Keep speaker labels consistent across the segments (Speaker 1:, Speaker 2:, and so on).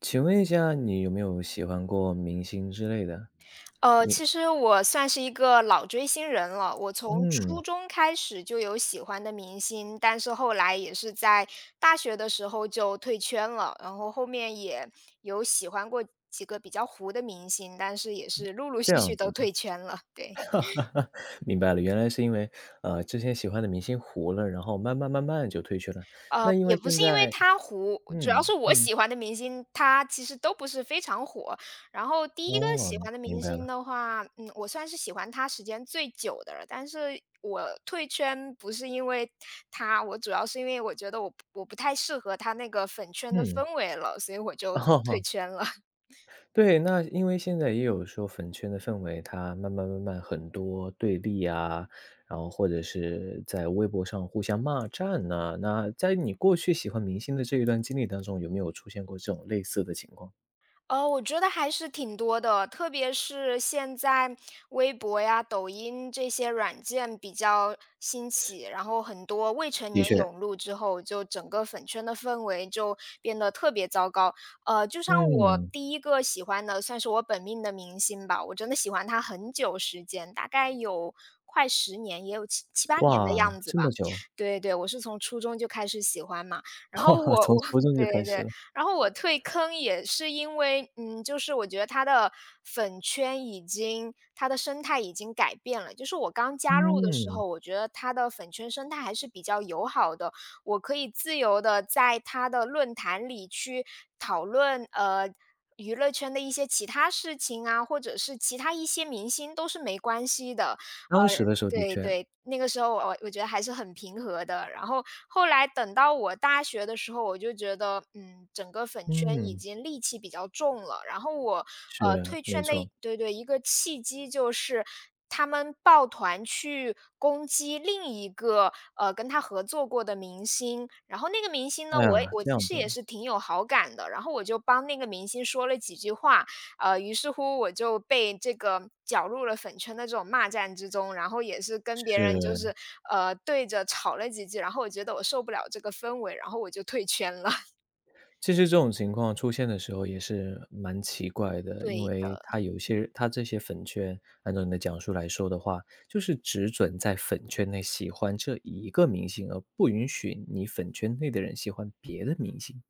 Speaker 1: 请问一下，你有没有喜欢过明星之类的？你
Speaker 2: 其实我算是一个老追星人了，我从初
Speaker 1: 嗯，
Speaker 2: 中开始就有喜欢的明星，但是后来也是在大学的时候就退圈了，然后后面也有喜欢过几个比较糊的明星，但是也是陆陆
Speaker 1: 这
Speaker 2: 续续
Speaker 1: 样
Speaker 2: 都
Speaker 1: 子，
Speaker 2: 退圈了，对。
Speaker 1: 明白了，原来是因为，之前喜欢的明星糊了，然后慢慢慢慢就退去了。那因
Speaker 2: 也
Speaker 1: 为
Speaker 2: 不
Speaker 1: 现
Speaker 2: 是因为
Speaker 1: 在
Speaker 2: 他糊，主要
Speaker 1: 嗯，
Speaker 2: 是我
Speaker 1: 嗯，
Speaker 2: 喜欢的明星，他其实都不是非常火。然后第一个喜
Speaker 1: 哦，
Speaker 2: 欢的
Speaker 1: 明
Speaker 2: 明
Speaker 1: 白
Speaker 2: 星
Speaker 1: 了，
Speaker 2: 的话，嗯，我算是喜欢他时间最久的了，但是我退圈不是因为他，我主要是因为我觉得我不我不太适合他那个粉圈的
Speaker 1: 嗯，
Speaker 2: 氛围了，所以我 就退
Speaker 1: 哦。
Speaker 2: 圈了。
Speaker 1: 对，那因为现在也有说粉圈的氛围，它慢慢慢慢很多对立啊，然后或者是在微博上互相骂战呐、那在你过去喜欢明星的这一段经历当中，有没有出现过这种类似的情况？
Speaker 2: 我觉得还是挺多的，特别是现在微博呀、抖音这些软件比较兴起，然后很多未成
Speaker 1: 的
Speaker 2: 年
Speaker 1: 确，
Speaker 2: 涌入之后，就整个粉圈的氛围就变得特别糟糕。就像我
Speaker 1: 嗯，
Speaker 2: 第一个喜欢的，算是我本命的明星吧，我真的喜欢他很久时间，大概有快10年，也有七七八年的
Speaker 1: 哇，
Speaker 2: 样子
Speaker 1: 这
Speaker 2: 吧。
Speaker 1: 么久，
Speaker 2: 对对，我是从初中就开始喜欢嘛，然 后
Speaker 1: 哇，
Speaker 2: 我
Speaker 1: 从
Speaker 2: 我
Speaker 1: 初 中就开
Speaker 2: 对
Speaker 1: 始
Speaker 2: 对，
Speaker 1: 了。
Speaker 2: 然后我退坑也是因为，嗯，就是我觉得他的粉圈已经他的生态已经改变了。就是我刚加入的时
Speaker 1: 嗯，
Speaker 2: 候，我觉得他的粉圈生态还是比较友好的，我可以自由的在他的论坛里去讨论，娱乐圈的一些其他事情啊，或者是其他一些明星都是没关系的。
Speaker 1: 当时
Speaker 2: 呃
Speaker 1: 的时候的
Speaker 2: 对
Speaker 1: 确，
Speaker 2: 对，那个时候我觉得还是很平和的。然后后来等到我大学的时候，我就觉得，嗯，整个粉圈已
Speaker 1: 嗯，
Speaker 2: 经戾气比较重了。然后我
Speaker 1: 是
Speaker 2: 退
Speaker 1: 没
Speaker 2: 圈的一
Speaker 1: 错。
Speaker 2: 对对，一个契机就是他们抱团去攻击另一个跟他合作过的明星。然后那个明星呢，
Speaker 1: 哎
Speaker 2: 我也
Speaker 1: 呀，
Speaker 2: 我
Speaker 1: 这
Speaker 2: 其
Speaker 1: 样
Speaker 2: 实
Speaker 1: 的
Speaker 2: 也是挺有好感的。然后我就帮那个明星说了几句话，于是乎我就被这个搅入了粉圈的这种骂战之中，然后也是跟别人就是，
Speaker 1: 是
Speaker 2: 对着吵了几句，然后我觉得我受不了这个氛围，然后我就退圈了。
Speaker 1: 其实这种情况出现的时候也是蛮奇怪的，因
Speaker 2: 对
Speaker 1: 为
Speaker 2: 的。
Speaker 1: 他有一些他这些粉圈，按照你的讲述来说的话，就是只准在粉圈内喜欢这一个明星，而不允许你粉圈内的人喜欢别的明星。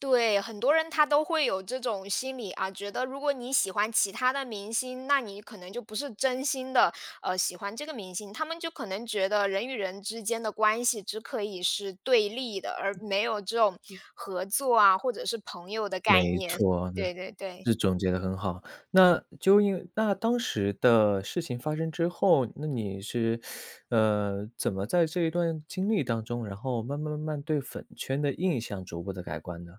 Speaker 2: 对，很多人他都会有这种心理啊，觉得如果你喜欢其他的明星，那你可能就不是真心的喜欢这个明星。他们就可能觉得人与人之间的关系只可以是对立的，而没有这种合作啊，或者是朋友的概
Speaker 1: 没
Speaker 2: 念。
Speaker 1: 错的，
Speaker 2: 对对对。
Speaker 1: 是总结的很好。那就因为那当时的事情发生之后，那你是，怎么在这一段经历当中，然后慢慢慢慢对粉圈的印象逐步的改观呢？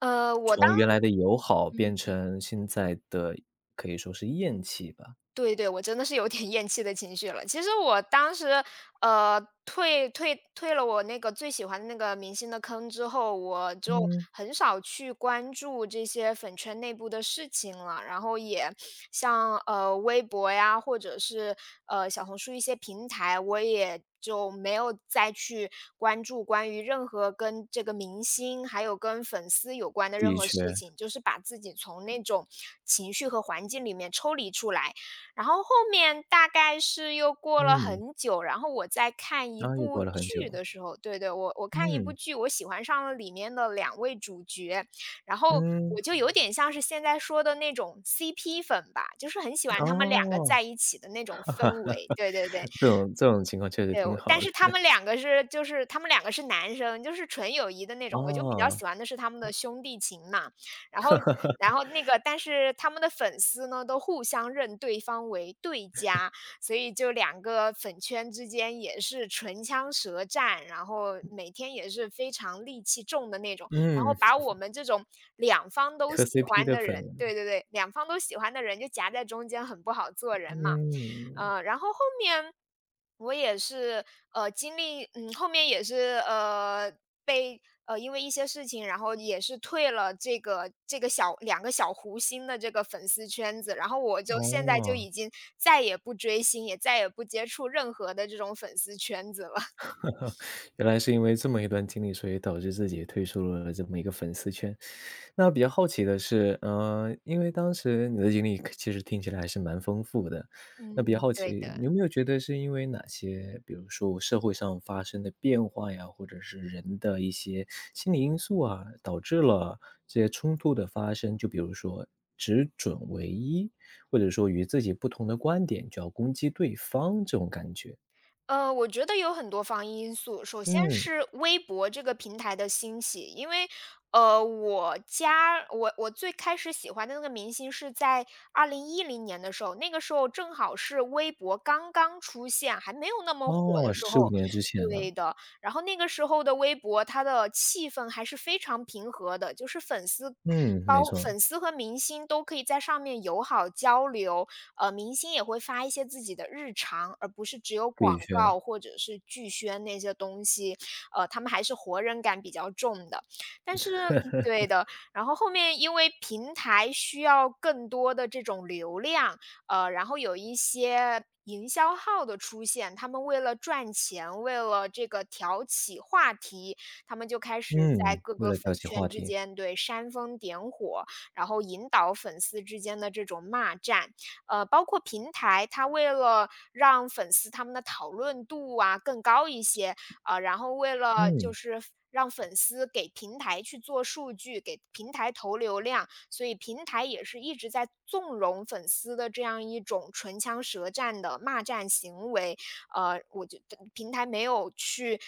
Speaker 2: 呃，我
Speaker 1: 从
Speaker 2: 当
Speaker 1: 原来的友好变成现在的可以说是厌弃吧。
Speaker 2: 对对，我真的是有点厌弃的情绪了。其实我当时，退了我那个最喜欢的那个明星的坑之后，我就
Speaker 1: 嗯，
Speaker 2: 很少去关注这些粉圈内部的事情了。然后也像微博呀，或者是小红书一些平台，我也就没有再去关注关于任何跟这个明星还有跟粉丝有关的任
Speaker 1: 的
Speaker 2: 何事
Speaker 1: 确，
Speaker 2: 情，就是把自己从那种情绪和环境里面抽离出来。然后后面大概是又过了
Speaker 1: 嗯，
Speaker 2: 很久，然后我在看一
Speaker 1: 然后又
Speaker 2: 部
Speaker 1: 过了很
Speaker 2: 剧
Speaker 1: 久。
Speaker 2: 的时候对对，我看一部
Speaker 1: 嗯，
Speaker 2: 剧，我喜欢上了里面的两位主角，然后
Speaker 1: 嗯，
Speaker 2: 我就有点像是现在说的那种 CP 粉吧，就是很喜欢他们两个
Speaker 1: 哦，
Speaker 2: 在一起的那种氛围，对对对。
Speaker 1: 这种这种情况确实
Speaker 2: 对，
Speaker 1: 挺
Speaker 2: 我但
Speaker 1: 好
Speaker 2: 是他
Speaker 1: 的。
Speaker 2: 们两个是就是他们两个是男生，就是纯友谊的那种，我就比较
Speaker 1: 哦，
Speaker 2: 喜欢的是他们的兄弟情嘛。然后但是他们的粉丝呢，都互相认对方为对家，所以就两个粉圈之间也是唇枪舌战，然后每天也是非常戾气重的那种，然后
Speaker 1: 嗯，
Speaker 2: 把我们这种
Speaker 1: 磕 CP 的粉，
Speaker 2: 两方都喜欢的人就夹在中间很不好做人嘛。
Speaker 1: 嗯，
Speaker 2: 然后后面我也是，呃，经历嗯，后面也是，呃，被呃，因为一些事情，然后也是退了这两个小湖星的这个粉丝圈子，然后我就现在就
Speaker 1: 哦，
Speaker 2: 已经再也不追星，也再也不接触任何的这种粉丝圈子了。
Speaker 1: 原来是因为这么一段经历，所以导致自己退出了这么一个粉丝圈。那比较好奇的是，因为当时你的经历可其实听起来还是蛮丰富的，那比较
Speaker 2: 嗯。
Speaker 1: 好
Speaker 2: 对
Speaker 1: 奇，你
Speaker 2: 的。
Speaker 1: 有没有觉得是因为哪些，比如说社会上发生的变化呀，或者是人的一些心理因素啊，导致了这些冲突的发生？就比如说只准唯一，或者说与自己不同的观点就要攻击对方这种感觉？
Speaker 2: 我觉得有很多防疫因素。首先
Speaker 1: 嗯，
Speaker 2: 是微博这个平台的兴起，因为，呃，我加我我最开始喜欢的那个明星是在2010年的时候，那个时候正好是微博刚刚出现，还没有那么火的
Speaker 1: 哦
Speaker 2: 时
Speaker 1: 十五
Speaker 2: 候。
Speaker 1: 年之前
Speaker 2: 对
Speaker 1: 了。
Speaker 2: 的，然后那个时候的微博，它的气氛还是非常平和的，就是
Speaker 1: 嗯，没错，
Speaker 2: 粉丝和明星都可以在上面友好交流，明星也会发一些自己的日常，而不是只有广
Speaker 1: 的确，
Speaker 2: 告或者是剧宣那些东西，他们还是活人感比较重的。但是嗯对的，然后后面因为平台需要更多的这种流量，然后有一些。营销号的出现，他们为了赚钱，为了这个挑起话题，他们就开始在
Speaker 1: 嗯，
Speaker 2: 各
Speaker 1: 为
Speaker 2: 个
Speaker 1: 了
Speaker 2: 粉
Speaker 1: 挑起话
Speaker 2: 圈之
Speaker 1: 题，
Speaker 2: 间对煽风点火，然后引导粉丝之间的这种骂战。包括平台，它为了让粉丝他们的讨论度啊更高一些，然后为了就
Speaker 1: 嗯。
Speaker 2: 是让粉丝给平台去做数据，给平台投流量，所以平台也是一直在纵容粉丝的这样一种唇枪舌战的骂战行为。我觉得平台没有去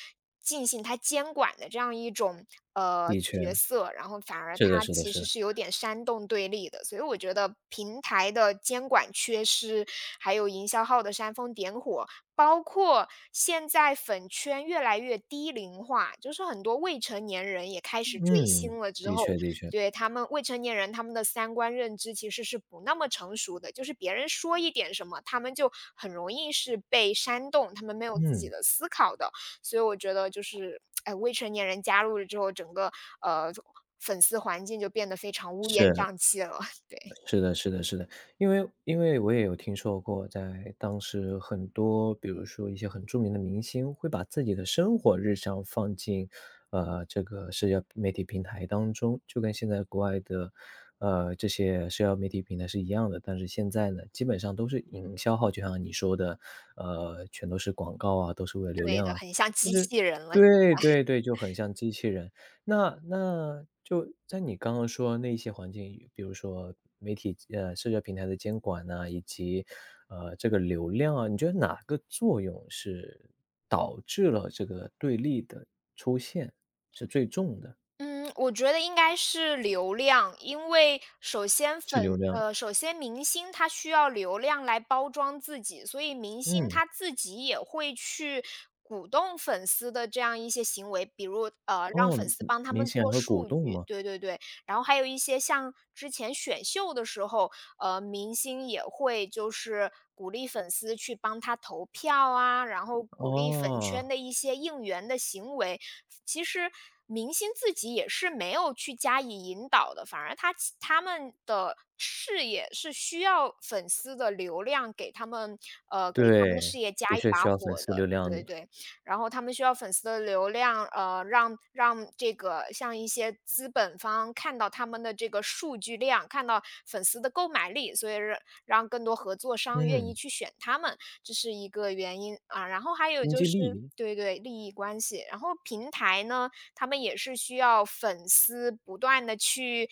Speaker 2: 进行它监管的这样一种
Speaker 1: 的确，
Speaker 2: 角色，然后反而
Speaker 1: 是的
Speaker 2: 它
Speaker 1: 是的
Speaker 2: 其
Speaker 1: 是
Speaker 2: 实
Speaker 1: 的。
Speaker 2: 是有点煽动对立的。所以我觉得平台的监管缺失，还有营销号的煽风点火，包括现在粉圈越来越低龄化，就是很多未成年人也开始追
Speaker 1: 嗯，
Speaker 2: 星了之
Speaker 1: 的
Speaker 2: 后，
Speaker 1: 确的确。
Speaker 2: 对，他们未成年人，他们的三观认知其实是不那么成熟的，就是别人说一点什么，他们就很容易是被煽动，他们没有自己
Speaker 1: 嗯。
Speaker 2: 的思考的。所以我觉得就是，哎，未成年人加入了之后，整个呃粉丝环境就变得非常乌烟
Speaker 1: 是，
Speaker 2: 瘴气了，对，
Speaker 1: 是的是的是的。因为因为我也有听说过，在当时很多比如说一些很著名的明星，会把自己的生活日常放进，这个社交媒体平台当中，就跟现在国外的，这些社交媒体平台是一样的。但是现在呢，基本上都是营销号，就像你说的，全都是广告啊，都是为了流
Speaker 2: 对
Speaker 1: 量
Speaker 2: 的，
Speaker 1: 啊。
Speaker 2: 很像机器人了。
Speaker 1: 对对对，就很像机器人。那那就在你刚刚说那一些环境，比如说媒体社交平台的监管呐，以及，这个流量啊，你觉得哪个作用是导致了这个对立的出现，是最重的？
Speaker 2: 嗯，我觉得应该是流量，因为
Speaker 1: 是流量，
Speaker 2: 首先明星他需要流量来包装自己，所以明星
Speaker 1: 嗯，
Speaker 2: 他自己也会去鼓动粉丝的这样一些行为，比如让
Speaker 1: 哦，
Speaker 2: 粉丝
Speaker 1: 明
Speaker 2: 帮他
Speaker 1: 明
Speaker 2: 们
Speaker 1: 显
Speaker 2: 做
Speaker 1: 会鼓
Speaker 2: 数
Speaker 1: 动
Speaker 2: 据，
Speaker 1: 吗？
Speaker 2: 对对对。然后还有一些像之前选秀的时候，明星也会就是鼓励粉丝去帮他投票啊，然后鼓励粉
Speaker 1: 哦，
Speaker 2: 圈的一些应援的行为。其实明星自己也是没有去加以引导的，反而他们的事业是需要粉丝的流量给他们，给他们的
Speaker 1: 对，
Speaker 2: 事业加
Speaker 1: 的
Speaker 2: 一
Speaker 1: 确
Speaker 2: 把
Speaker 1: 需要粉
Speaker 2: 火
Speaker 1: 丝流
Speaker 2: 的。
Speaker 1: 量
Speaker 2: 对
Speaker 1: 的，
Speaker 2: 对，然后他们需要粉丝的流量，让这个像一些资本方看到他们的这个数据量，看到粉丝的购买力，所以让更多合作商愿意
Speaker 1: 嗯，
Speaker 2: 去选他们。这是一个原因啊。然后还有
Speaker 1: 经
Speaker 2: 就
Speaker 1: 济利
Speaker 2: 是
Speaker 1: 益，
Speaker 2: 对对，利益关系。然后平台呢，他们也是需要粉丝不断的去，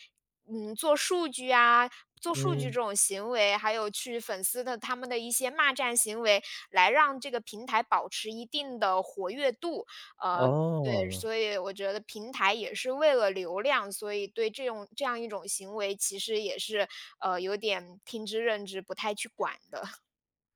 Speaker 2: 嗯，做数据啊，做数据这
Speaker 1: 嗯，
Speaker 2: 种行为，还有去粉丝的他们的一些骂战行为，来让这个平台保持一定的活跃度。呃，对，
Speaker 1: 哦。
Speaker 2: 所以我觉得平台也是为了流量，所以对这种这样一种行为，其实也是，有点听之任之，不太去管的。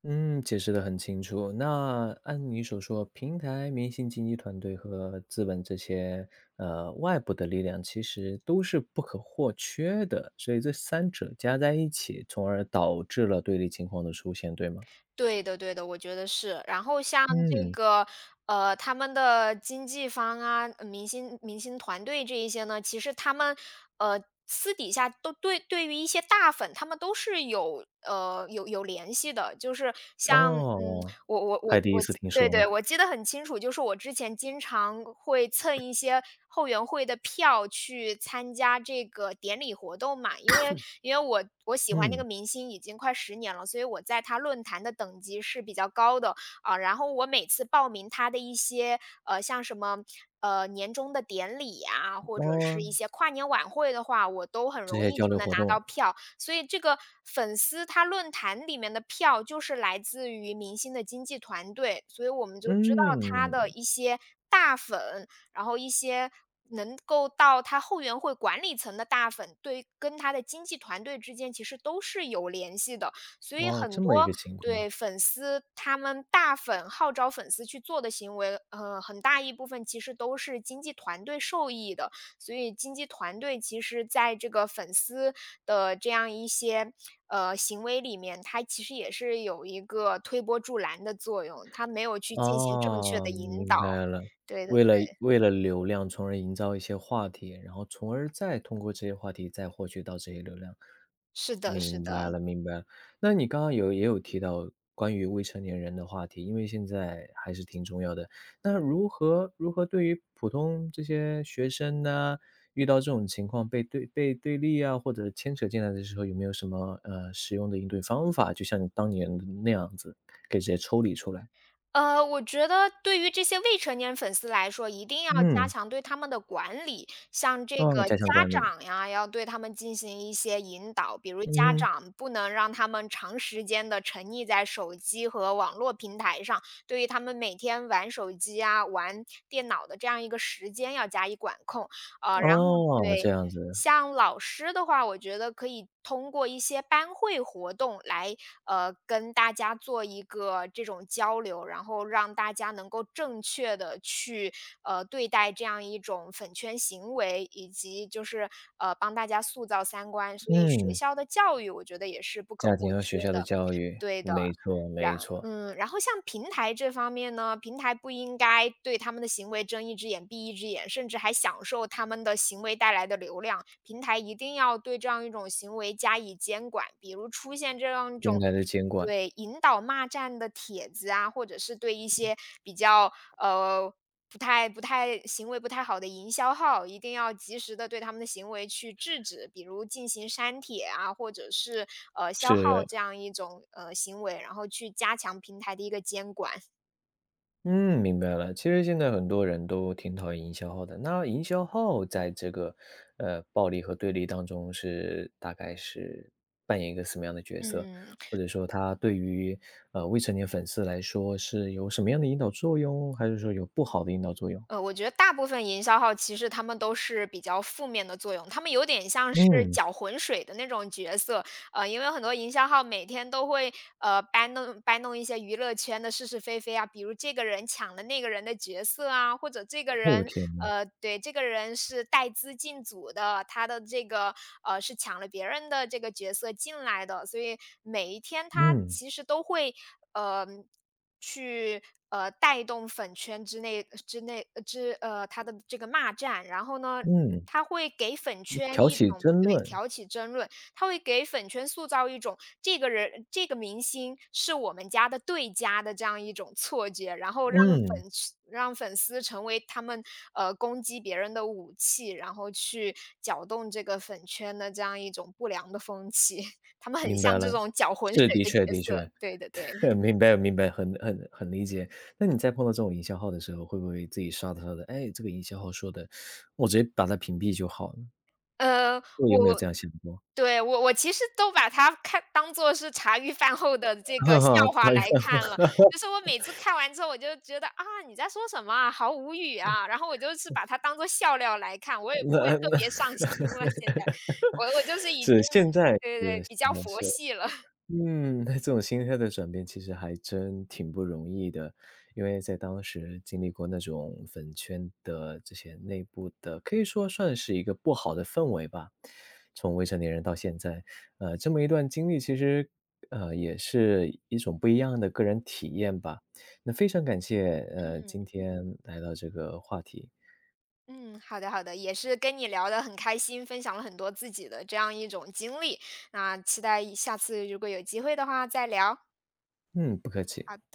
Speaker 1: 嗯，解释得很清楚。那按你所说，平台、明星经纪团队和资本这些外部的力量，其实都是不可或缺的。所以这三者加在一起，从而导致了对立情况的出现，对吗？
Speaker 2: 对的对的，我觉得是。然后像这
Speaker 1: 嗯，
Speaker 2: 个，他们的经纪方啊，呃明星团队这一些呢，其实他们，呃，私底下都对于一些大粉，他们都是有联系的。就是像嗯
Speaker 1: 哦，
Speaker 2: 我我我
Speaker 1: 还第一
Speaker 2: 我
Speaker 1: 次听
Speaker 2: 对
Speaker 1: 说
Speaker 2: 对，
Speaker 1: 呢。
Speaker 2: 我记得很清楚，就是我之前经常会蹭一些后援会的票去参加这个典礼活动嘛。因为我喜欢那个
Speaker 1: 嗯，
Speaker 2: 明星已经快十年了，所以我在他论坛的等级是比较高的。啊，然后我每次报名他的一些，像什么，年终的典礼呀，或者是
Speaker 1: 哦，
Speaker 2: 一些跨年晚会的话，我都很
Speaker 1: 这
Speaker 2: 容
Speaker 1: 些
Speaker 2: 易
Speaker 1: 交
Speaker 2: 就
Speaker 1: 流
Speaker 2: 能
Speaker 1: 活
Speaker 2: 拿到
Speaker 1: 动，
Speaker 2: 票。所以这个粉丝他论坛里面的票就是来自于明星的经纪团队，所以我们就知道他
Speaker 1: 嗯，
Speaker 2: 的一些大粉，然后一些能够到他后援会管理层的大粉，对跟他的经纪团队之间其实都是有联系的。所以
Speaker 1: 哦，
Speaker 2: 很
Speaker 1: 这么一
Speaker 2: 多
Speaker 1: 个情
Speaker 2: 对
Speaker 1: 况。
Speaker 2: 粉丝他们大粉号召粉丝去做的行为，嗯，很大一部分其实都是经纪团队受益的，所以经纪团队其实在这个粉丝的这样一些行为里面，它其实也是有一个推波助澜的作用，它没有去进行正确的
Speaker 1: 哦，
Speaker 2: 引
Speaker 1: 明
Speaker 2: 导。
Speaker 1: 白了。
Speaker 2: 对的，
Speaker 1: 为了为了流量，从而营造一些话题，然后从而再通过这些话题再获取到这些流量。
Speaker 2: 是的，是
Speaker 1: 明白
Speaker 2: 的。
Speaker 1: 了，明白了。那你刚刚有也有提到关于未成年人的话题，因为现在还是挺重要的。那如何如何对于普通这些学生呢，遇到这种情况被对被对立啊，或者牵扯进来的时候，有没有什么实用的应对方法？就像你当年那样子，可以直接抽离出来。
Speaker 2: 我觉得对于这些未成年粉丝来说，一定要加
Speaker 1: 嗯。
Speaker 2: 强对他们的管理，像这
Speaker 1: 哦，
Speaker 2: 个
Speaker 1: 加强
Speaker 2: 家
Speaker 1: 管理，
Speaker 2: 长呀，要对他们进行一些引导，比如家
Speaker 1: 嗯，
Speaker 2: 长不能让他们长时间的沉溺在手机和网络平台上，对于他们每天玩手机啊、玩电脑的这样一个时间要加以管控。呃，然后
Speaker 1: 哦，
Speaker 2: 对，
Speaker 1: 这样子，
Speaker 2: 像老师的话，我觉得可以通过一些班会活动来，跟大家做一个这种交流，然后让大家能够正确的去，对待这样一种粉圈行为，以及就是，帮大家塑造三观，所以学
Speaker 1: 嗯，
Speaker 2: 校的教育我觉得也是不可
Speaker 1: 家
Speaker 2: 或
Speaker 1: 庭和
Speaker 2: 缺
Speaker 1: 学校的
Speaker 2: 的。
Speaker 1: 教育，
Speaker 2: 对的，
Speaker 1: 没错没
Speaker 2: 然
Speaker 1: 错，
Speaker 2: 然后像平台这方面呢，平台不应该对他们的行为睁一只眼闭一只眼，甚至还享受他们的行为带来的流量。平台一定要对这样一种行为加以监管，比如出现这样一
Speaker 1: 应
Speaker 2: 种
Speaker 1: 该的监管
Speaker 2: 对引导骂战的帖子啊，或者是对一些比较不太不太行为不太好的营销号，一定要及时的对他们的行为去制止，比如进行删帖啊，或者是，消耗
Speaker 1: 是，
Speaker 2: 这样一种，行为，然后去加强平台的一个监管。
Speaker 1: 嗯，明白了。其实现在很多人都挺讨厌营销号的，那营销号在这个暴力和对立当中是大概是扮演一个什么样的角色，
Speaker 2: 嗯。
Speaker 1: 或者说它对于未成年粉丝来说是有什么样的引导作用，还是说有不好的引导作用？
Speaker 2: 我觉得大部分营销号其实他们都是比较负面的作用，他们有点像是
Speaker 1: 嗯，
Speaker 2: 搅浑水的那种角色，因为很多营销号每天都会搬弄一些娱乐圈的是是非非啊，比如这个人抢了那个人的角色啊，或者这个
Speaker 1: 哎呦
Speaker 2: 人
Speaker 1: 天呐，
Speaker 2: 对这个人是带资进组的，他的这个是抢了别人的这个角色进来的，所以每一天他
Speaker 1: 嗯
Speaker 2: 其实都会呃去带动粉圈之内他的这个骂战，然后呢。
Speaker 1: 嗯。
Speaker 2: 他会给粉圈
Speaker 1: 挑
Speaker 2: 一
Speaker 1: 起
Speaker 2: 种
Speaker 1: 争
Speaker 2: 对
Speaker 1: 论，
Speaker 2: 挑起争论，他会给粉圈塑造一种这个人、这个明星是我们家的对家的这样一种错觉，然后
Speaker 1: 嗯，
Speaker 2: 让粉丝成为他们攻击别人的武器，然后去搅动这个粉圈的这样一种不良的风气。他们很
Speaker 1: 明
Speaker 2: 像
Speaker 1: 白了。
Speaker 2: 这种搅浑
Speaker 1: 是，
Speaker 2: 水
Speaker 1: 的
Speaker 2: 的角
Speaker 1: 确的确，
Speaker 2: 色，对的对的。
Speaker 1: 明白明白，很很很理解。那你在碰到这种营销号的时候，会不会自己刷着刷着，哎，这个营销号说的，我直接把他屏蔽就好了，
Speaker 2: 呃，
Speaker 1: 有没有
Speaker 2: 我
Speaker 1: 这样想过？
Speaker 2: 对，我其实都把它看当做是茶余饭后的这 个
Speaker 1: 哈哈
Speaker 2: 笑话
Speaker 1: 讨厌，
Speaker 2: 来看了。就是我每次看完之后，我就觉得啊，你在说什么啊，好无语啊。然后我就是把它当做笑料来看，我也不会
Speaker 1: 那
Speaker 2: 特
Speaker 1: 那
Speaker 2: 别上心了。现在，我就是 已经
Speaker 1: 是，现在
Speaker 2: 对对
Speaker 1: 是，是
Speaker 2: 比较
Speaker 1: 的
Speaker 2: 佛
Speaker 1: 是。
Speaker 2: 系了。
Speaker 1: 嗯，那这种心态的转变其实还真挺不容易的，因为在当时经历过那种粉圈的这些内部的，可以说算是一个不好的氛围吧。从未成年人到现在，这么一段经历，其实也是一种不一样的个人体验吧。那非常感谢，
Speaker 2: 嗯
Speaker 1: 今天来到这个话题，
Speaker 2: 嗯，好的好的，也是跟你聊得很开心，分享了很多自己的这样一种经历。那期待下次如果有机会的话再聊。
Speaker 1: 嗯，不客气。
Speaker 2: 好。